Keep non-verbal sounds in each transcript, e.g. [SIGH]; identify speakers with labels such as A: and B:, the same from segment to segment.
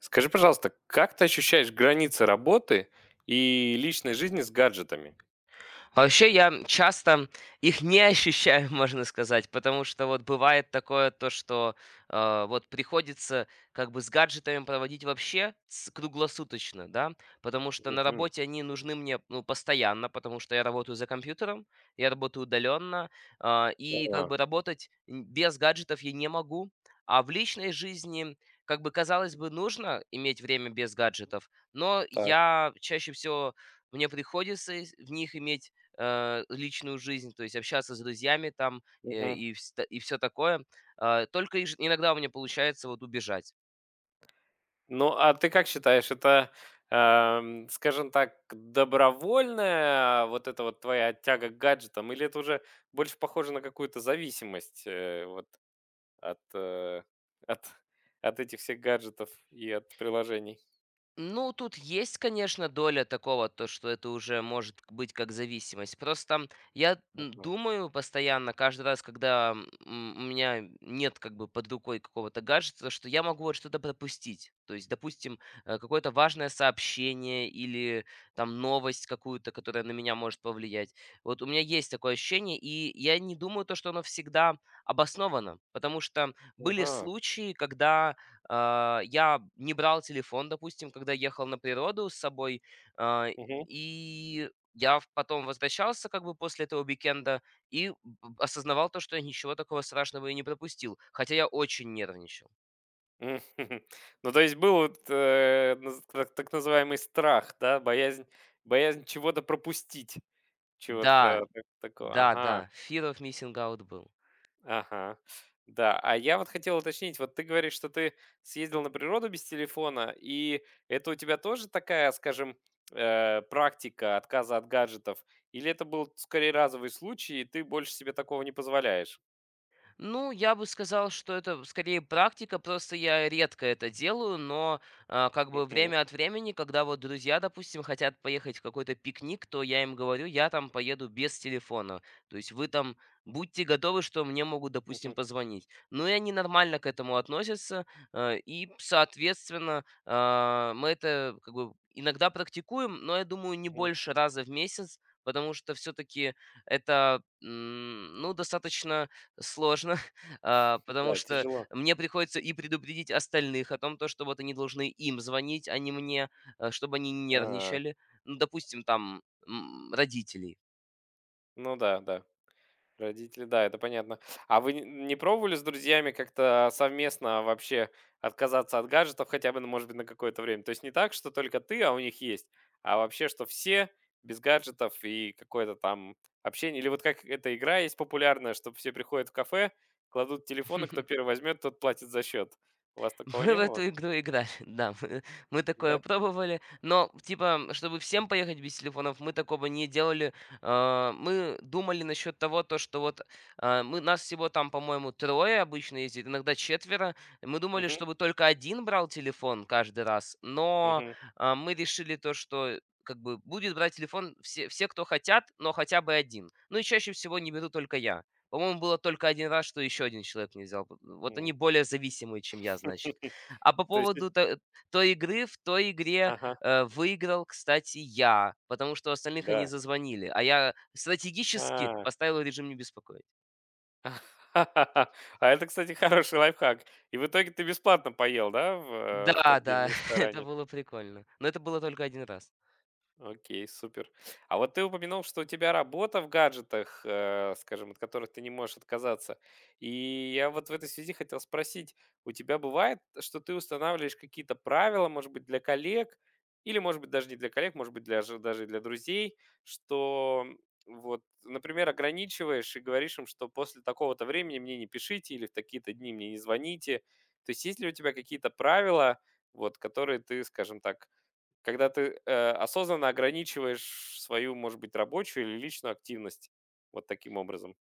A: Скажи, пожалуйста, как ты ощущаешь границы работы и личной жизни с гаджетами?
B: Вообще, я часто их не ощущаю, [LAUGHS] можно сказать, потому что вот бывает такое, то что вот приходится как бы с гаджетами проводить вообще с круглосуточно, да, потому что на
A: Мгм.
B: работе они нужны мне, ну, постоянно, потому что я работаю за компьютером, я работаю удаленно, и как
A: А,
B: бы работать без гаджетов я не могу. А в личной жизни, как бы, казалось бы, нужно иметь время без гаджетов, но
A: так.
B: я чаще всего мне приходится в них иметь личную жизнь, то есть общаться с друзьями там э,
A: Мгм.
B: и, вс- и все такое. Только иногда у меня получается вот убежать.
A: Ну, а ты как считаешь, это, скажем так, добровольная вот эта вот твоя тяга к гаджетам, или это уже больше похоже на какую-то зависимость вот от, э, от, от этих всех гаджетов и от приложений?
B: Ну, тут есть, конечно, доля такого, то что это уже может быть как зависимость. Просто я думаю постоянно, каждый раз, когда у меня нет как бы под рукой какого-то гаджета, что я могу вот что-то пропустить. То есть, допустим, какое-то важное сообщение или там новость какую-то, которая на меня может повлиять. Вот у меня есть такое ощущение, и я не думаю то, что оно всегда обосновано, потому что были
A: Ага.
B: случаи, когда я не брал телефон, допустим, когда ехал на природу с собой, а,
A: Ага.
B: и я потом возвращался как бы после этого уикенда и осознавал то, что я ничего такого страшного и не пропустил, хотя я очень нервничал.
A: Мгм. [LAUGHS] Ну, то есть был вот, э, наз так называемый страх, да, боязнь чего-то пропустить,
B: Да,
A: чего-то такого.
B: да,
A: Ага,
B: да, fear of missing out был.
A: ага. Да, а я вот хотел уточнить, вот ты говоришь, что ты съездил на природу без телефона, и это у тебя тоже такая, скажем, практика отказа от гаджетов? Или это был скорее разовый случай, и ты больше себе такого не позволяешь?
B: Ну, я бы сказал, что это скорее практика, просто я редко это делаю, но как бы
A: Мгм,
B: время от времени, когда вот друзья, допустим, хотят поехать в какой-то пикник, то я им говорю, я там поеду без телефона. То есть вы там будьте готовы, что мне могут,
A: мгм,
B: допустим, позвонить. Ну и они нормально к этому относятся, и, соответственно, мы это как бы иногда практикуем, но я думаю, не
A: мгм.
B: больше раза в месяц, потому что все-таки это, ну, достаточно сложно, [LAUGHS] потому
A: Да,
B: что
A: тяжело.
B: мне приходится и предупредить остальных о том, то что вот они должны им звонить, а не мне, чтобы они не
A: А,
B: нервничали. Ну, допустим, там родителей.
A: ну да, да. Родители, да, это понятно. А вы н не пробовали с друзьями как-то совместно вообще отказаться от гаджетов хотя бы, ну, может быть, на какое-то время? То есть не так, что только ты, а у них есть, а вообще, что все без гаджетов и какое-то там общение. Или вот как эта игра есть популярная, что все приходят в кафе, кладут телефоны, кто первый возьмет, тот платит за счет. У вас такого
B: Мы в
A: не было,
B: эту игру играли, [LAUGHS] да, мы
A: да?
B: такое пробовали, но, типа, чтобы всем поехать без телефонов, мы такого не делали. Мы думали насчет того, то что вот нас всего там, по-моему, трое обычно ездит, иногда четверо. Мы думали,
A: Мгм,
B: чтобы только один брал телефон каждый раз, но
A: мгм,
B: а, мы решили то, что как бы будет брать телефон все, кто хотят, но хотя бы один. Ну и чаще всего не беру только я. По-моему, было только один раз, что еще один человек не взял. Вот
A: м.
B: они более зависимые, чем я, значит.
A: [LAUGHS]
B: А по
A: То есть.
B: поводу то той игры, в той игре
A: Ага,
B: выиграл, кстати, я, потому что остальных они
A: да.
B: зазвонили, а я стратегически
A: А.
B: поставил режим «не беспокоить».
A: [LAUGHS] А это, кстати, хороший лайфхак. И в итоге ты бесплатно поел, да, в
B: Да,
A: тот день в
B: да, [LAUGHS] это
A: ресторане?
B: было прикольно, но это было только один раз.
A: Окей, супер. А вот ты упомянул, что у тебя работа в гаджетах, скажем, от которых ты не можешь отказаться. И я вот в этой связи хотел спросить, у тебя бывает, что ты устанавливаешь какие-то правила, может быть, для коллег, или, может быть, даже не для коллег, может быть, для, даже для друзей, что вот, например, ограничиваешь и говоришь им, что после такого-то времени мне не пишите или в такие-то дни мне не звоните. То есть есть ли у тебя какие-то правила, вот, которые ты, скажем так, когда ты, осознанно ограничиваешь свою, может быть, рабочую или личную активность вот таким образом.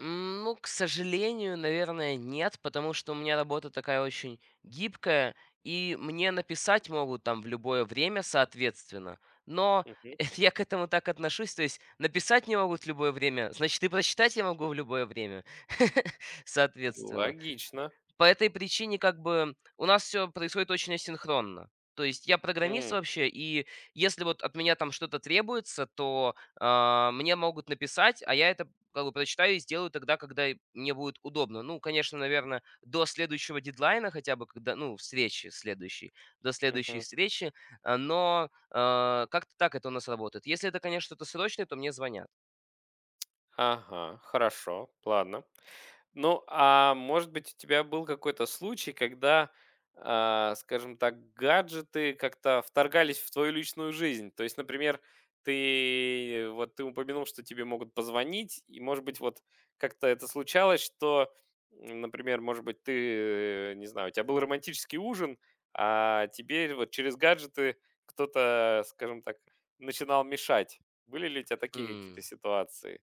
B: Ну, к сожалению, наверное, нет, потому что у меня работа такая очень гибкая, и мне написать могут там в любое время, соответственно. Но
A: Мгм.
B: [LAUGHS] это я к этому так отношусь, то есть написать не могут в любое время, значит, и прочитать я могу в любое время, [LAUGHS] соответственно.
A: Логично.
B: По этой причине как бы у нас все происходит очень асинхронно. То есть я программист
A: М,
B: вообще, и если вот от меня там что-то требуется, то мне могут написать, а я это как бы прочитаю и сделаю тогда, когда и мне будет удобно. Ну, конечно, наверное, до следующего дедлайна хотя бы, когда, ну, встречи следующей, до следующей
A: мгм.
B: встречи, но как-то так это у нас работает. Если это, конечно, что-то срочное, то мне звонят.
A: Ага, хорошо, ладно. Ну, а может быть, у тебя был какой-то случай, когда, скажем так, гаджеты как-то вторгались в твою личную жизнь? То есть, например, ты упомянул, что тебе могут позвонить, и, может быть, вот как-то это случалось, что, например, может быть, ты, не знаю, у тебя был романтический ужин, а тебе вот через гаджеты кто-то, скажем так, начинал мешать. Были ли у тебя такие какие-то
B: М.
A: ситуации?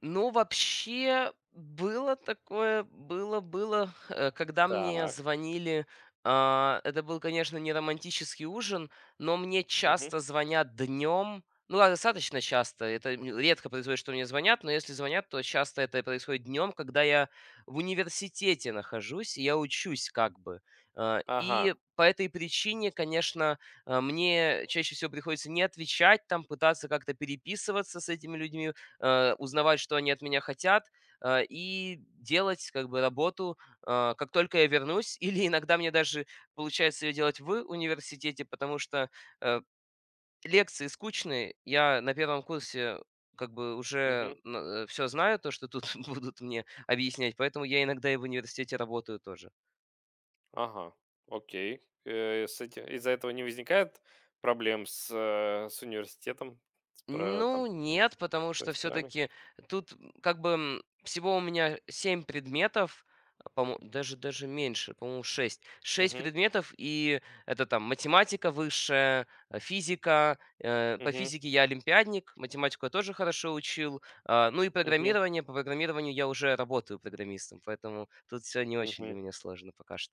B: Ну, вообще, было такое, было, когда мне
A: Так.
B: звонили, это был, конечно, не романтический ужин, но мне
A: Мгм.
B: часто звонят днем, ну, ладно, достаточно часто, это редко происходит, что мне звонят, но если звонят, то часто это происходит днем, когда я в университете нахожусь, и я учусь как бы. А,
A: Ага.
B: И по этой причине, конечно, мне чаще всего приходится не отвечать, там пытаться как-то переписываться с этими людьми узнавать, что они от меня хотят, и делать как бы работу, как только я вернусь. [LAUGHS] Или иногда мне даже получается ее делать в университете, потому что э, лекции скучные. Я на первом курсе как бы
A: Мгм.
B: уже все знаю, то, что тут [LAUGHS] будут мне объяснять, поэтому я иногда и в университете работаю тоже.
A: Ага, окей. Э, с эти из-за этого не возникает проблем с университетом, с про там,
B: Ну, нет, потому
A: с
B: что
A: профессорами?
B: все-таки тут как бы всего у меня 7 предметов, по-моему, даже меньше, по-моему, шесть
A: Мгм,
B: предметов, и это там математика высшая, физика. По
A: мгм,
B: физике я олимпиадник, математику я тоже хорошо учил. Ну и
A: мгм.
B: программирование. По программированию я уже работаю программистом, поэтому тут все не очень для меня сложно пока что.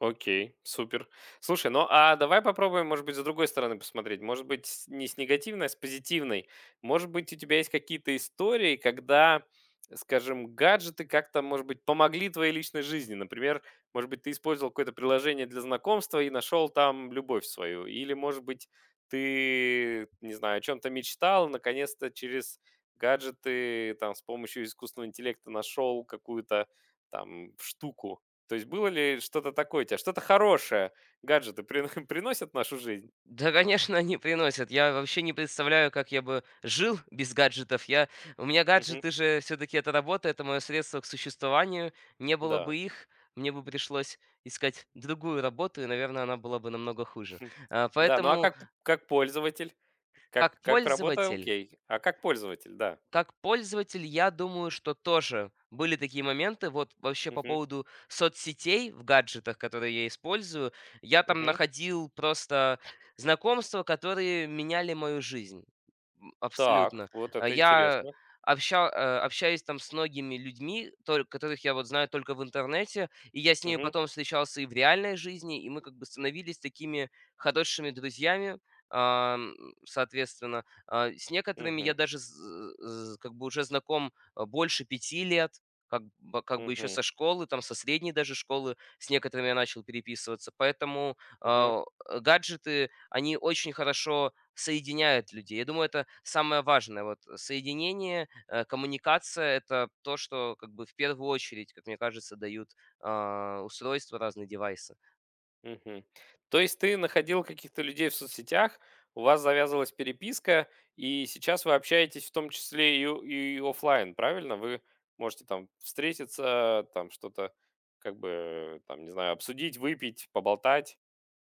A: Окей, супер. Слушай, ну а давай попробуем, может быть, с другой стороны посмотреть. Может быть, не с негативной, а с позитивной. Может быть, у тебя есть какие-то истории, когда, скажем, гаджеты как-то, может быть, помогли твоей личной жизни. Например, может быть, ты использовал какое-то приложение для знакомства и нашел там любовь свою. Или, может быть, ты, не знаю, о чем-то мечтал, наконец-то через гаджеты, там, с помощью искусственного интеллекта нашел какую-то там штуку, то есть было ли что-то такое у тебя, что-то хорошее гаджеты прино [LAUGHS] приносят в нашу жизнь?
B: Да, конечно, они приносят. Я вообще не представляю, как я бы жил без гаджетов. Я... У меня
A: Мгм.
B: гаджеты же все-таки это работа, это мое средство к существованию. Не было
A: Да.
B: бы их, мне бы пришлось искать другую работу, и, наверное, она была бы намного хуже.
A: [LAUGHS]
B: А,
A: Да, ну а
B: Поэтому,
A: как пользователь?
B: как
A: Как как работа-
B: пользователь,
A: окей, а как пользователь, да.
B: Как пользователь, я думаю, что тоже были такие моменты. Вот вообще по
A: Мгм,
B: поводу соцсетей в гаджетах, которые я использую, я там
A: мгм.
B: находил просто знакомства, которые меняли мою жизнь.
A: Так,
B: Абсолютно.
A: вот
B: А
A: это
B: Я
A: интересно.
B: обща- э, общаюсь там с многими людьми, которых я вот знаю только в интернете, и я с ними
A: Мгм,
B: потом встречался и в реальной жизни, и мы как бы становились такими хорошими друзьями, ам, соответственно. А, с некоторыми я
A: мгм,
B: даже з з как бы уже знаком, больше 5 лет, как бы еще
A: мгм,
B: со школы, там, со средней даже школы, с некоторыми я начал переписываться. Поэтому,
A: мгм.
B: а, гаджеты, они очень хорошо соединяют людей. Я думаю, это самое важное. Вот соединение, коммуникация — это то, что как бы в первую очередь, как мне кажется, дают, устройства, разные девайсы.
A: Мгм. То есть ты находил каких-то людей в соцсетях, у вас завязывалась переписка, и сейчас вы общаетесь в том числе и оффлайн, правильно? Вы можете там встретиться, там что-то, как бы, там, не знаю, обсудить, выпить, поболтать.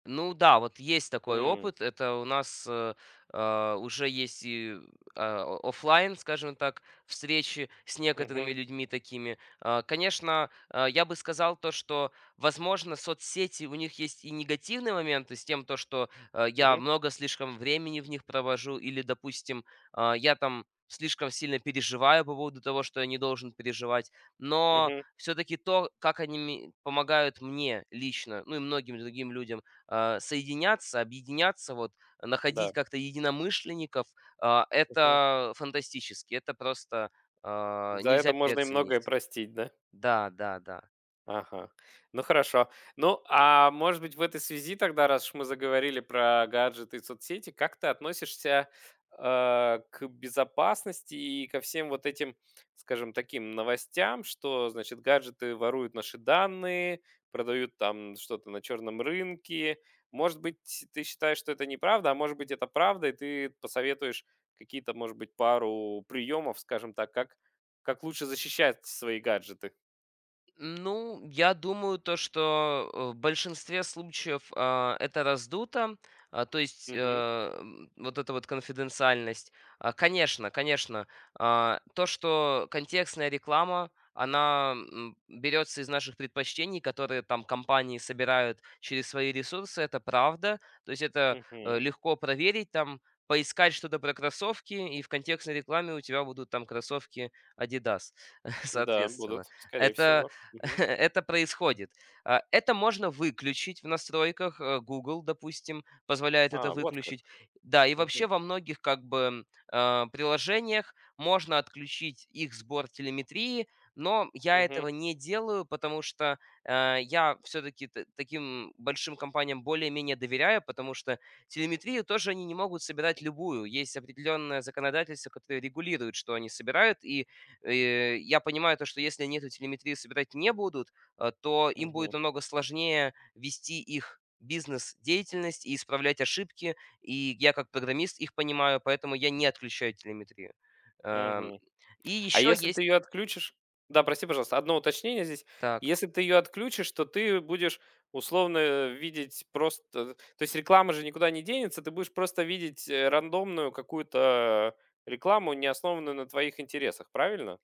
B: Ну да, вот есть такой
A: М,
B: опыт. Это у нас уже есть и офлайн, скажем так, встречи с
A: мгм,
B: некоторыми людьми такими. Конечно, я бы сказал то, что, возможно, соцсети у них есть и негативные моменты с тем, то что я
A: мгм,
B: много слишком времени в них провожу, или, допустим, я там слишком сильно переживаю по поводу того, что я не должен переживать. Но
A: мгм.
B: все-таки то, как они помогают мне лично, ну и многим другим людям соединяться, объединяться, вот,
A: Да.
B: находить как-то единомышленников,
A: Мгм.
B: это фантастически, это просто,
A: За это
B: нельзя
A: можно и многое
B: переоценить.
A: простить, да?
B: Да, да, да.
A: Ага. Ну хорошо. Ну, а может быть, в этой связи тогда, раз уж мы заговорили про гаджеты и соцсети, как ты относишься к безопасности и ко всем вот этим, скажем, таким новостям, что, значит, гаджеты воруют наши данные, продают там что-то на черном рынке? Может быть, ты считаешь, что это неправда, а может быть, это правда, и ты посоветуешь какие-то, может быть, пару приемов, скажем так, как, лучше защищать свои гаджеты?
B: Ну, я думаю, то что в большинстве случаев это раздуто, то есть вот эта вот конфиденциальность. Конечно, конечно, то, что контекстная реклама, она берется из наших предпочтений, которые там компании собирают через свои ресурсы, это правда. То есть это
A: Угу.
B: легко проверить, там поискать что-то про кроссовки, и в контекстной рекламе у тебя будут там кроссовки Adidas, [LAUGHS]
A: Да,
B: соответственно.
A: будут, скорее
B: Это
A: всего.
B: [LAUGHS]
A: Мгм.
B: это происходит. Это можно выключить в настройках. Google, допустим, позволяет это
A: А, вот как.
B: выключить. Да, и вообще
A: Мгм.
B: во многих как бы приложениях можно отключить их сбор телеметрии, но я
A: Мгм.
B: этого не делаю, потому что я все-таки таким большим компаниям более-менее доверяю, потому что телеметрию тоже они не могут собирать любую. Есть определенное законодательство, которое регулирует, что они собирают, и я понимаю то, что если они эту телеметрию собирать не будут, то им будет
A: Мгм.
B: намного сложнее вести их бизнес-деятельность и исправлять ошибки. И я как программист их понимаю, поэтому я не отключаю телеметрию. Эм,
A: Мгм.
B: И
A: А
B: еще
A: если ты
B: есть...
A: ее отключишь Да, прости, пожалуйста, одно уточнение здесь.
B: Так.
A: Если ты ее отключишь, то ты будешь условно, видеть просто. То есть реклама же никуда не денется, ты будешь просто видеть, рандомную какую-то рекламу, не основанную на твоих интересах, правильно?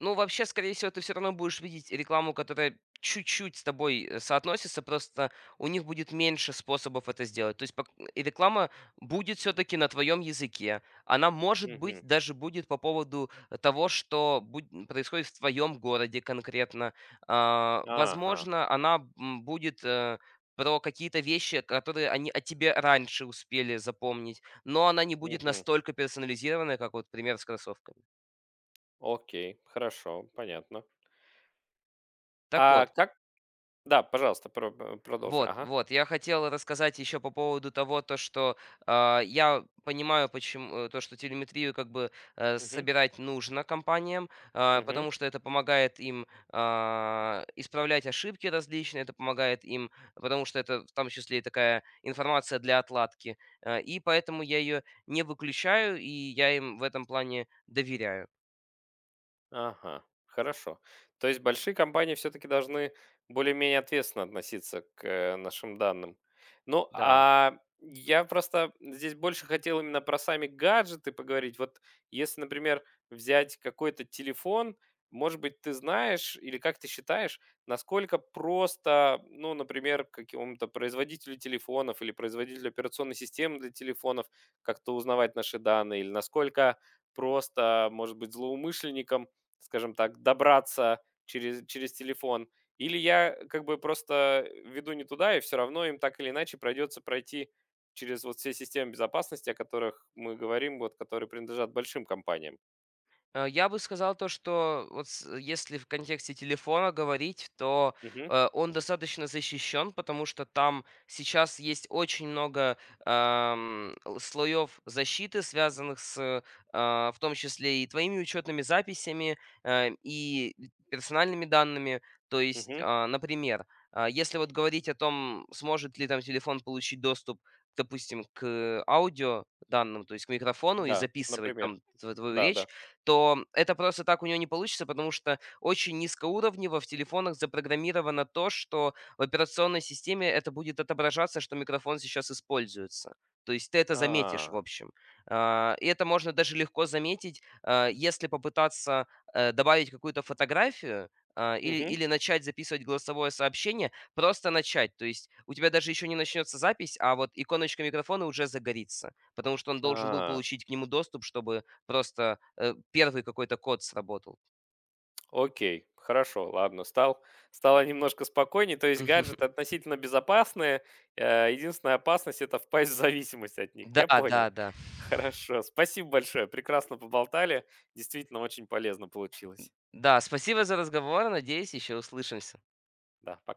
B: Ну, вообще, скорее всего, ты все равно будешь видеть рекламу, которая чуть-чуть с тобой, соотносится, просто у них будет меньше способов это сделать. То есть пок и реклама будет все таки на твоем языке. Она, может быть,
A: Мгм.
B: даже будет по поводу э, того, что буд происходит в твоем городе конкретно. А,
A: Ага.
B: возможно, она, м, будет, э, про какие-то вещи, которые они о тебе раньше успели запомнить, но она не будет
A: Мгм.
B: настолько персонализированная, как вот пример с кроссовками.
A: Окей, хорошо, понятно.
B: Так
A: А
B: вот.
A: как Да, пожалуйста, продолжи.
B: Вот,
A: Ага.
B: вот. Я хотел рассказать еще по поводу того, то что я понимаю, почему то, что телеметрию как бы
A: Мгм.
B: собирать нужно компаниям,
A: Мгм.
B: потому что это помогает им исправлять ошибки различные, это помогает им, потому что это в том числе и такая информация для отладки. И поэтому я ее не выключаю и я им в этом плане доверяю.
A: Ага, хорошо. То есть большие компании все-таки должны более-менее ответственно относиться к нашим данным. Ну,
B: Да.
A: а я просто здесь больше хотел именно про сами гаджеты поговорить. Вот если, например, взять какой-то телефон, может быть, ты знаешь или как ты считаешь, насколько просто, ну, например, какому-то производителю телефонов или производителю операционной системы для телефонов как-то узнавать наши данные, или насколько просто, может быть, злоумышленникам скажем так, добраться через телефон, или я как бы просто веду не туда, и все равно им так или иначе придется пройти через вот все системы безопасности, о которых мы говорим, вот, которые принадлежат большим компаниям.
B: Я бы сказал то, что если в контексте телефона говорить, то
A: Мгм,
B: он достаточно защищен, потому что там сейчас есть очень много, ам, л слоев защиты, связанных с, в том числе и твоими учетными записями, и персональными данными. То есть,
A: мгм,
B: а, например, а, если вот говорить о том, сможет ли там телефон получить доступ, допустим, к аудио данным, то есть к микрофону и
A: да,
B: записывать
A: например,
B: там тв твою
A: да,
B: речь,
A: да.
B: то это просто так у нее не получится, потому что очень низкоуровнево в телефонах запрограммировано то, что в операционной системе это будет отображаться, что микрофон сейчас используется. То есть ты это заметишь, в
A: А,
B: общем. И это можно даже легко заметить, если попытаться добавить какую-то фотографию а, или,
A: мгм,
B: или начать записывать голосовое сообщение, просто начать. То есть у тебя даже еще не начнется запись, а вот иконочка микрофона уже загорится, потому что он должен был
A: а.
B: получить к нему доступ, чтобы... Просто 1 какой-то код сработал.
A: Окей, хорошо, ладно, стало немножко спокойнее. То есть гаджеты
B: [LAUGHS]
A: относительно безопасные. Единственная опасность– это впасть в зависимость от них.
B: Да,
A: Я понял.
B: да, да.
A: Хорошо, спасибо большое. Прекрасно поболтали. Действительно, очень полезно получилось.
B: Да, спасибо за разговор. Надеюсь, еще услышимся.
A: Да, пока.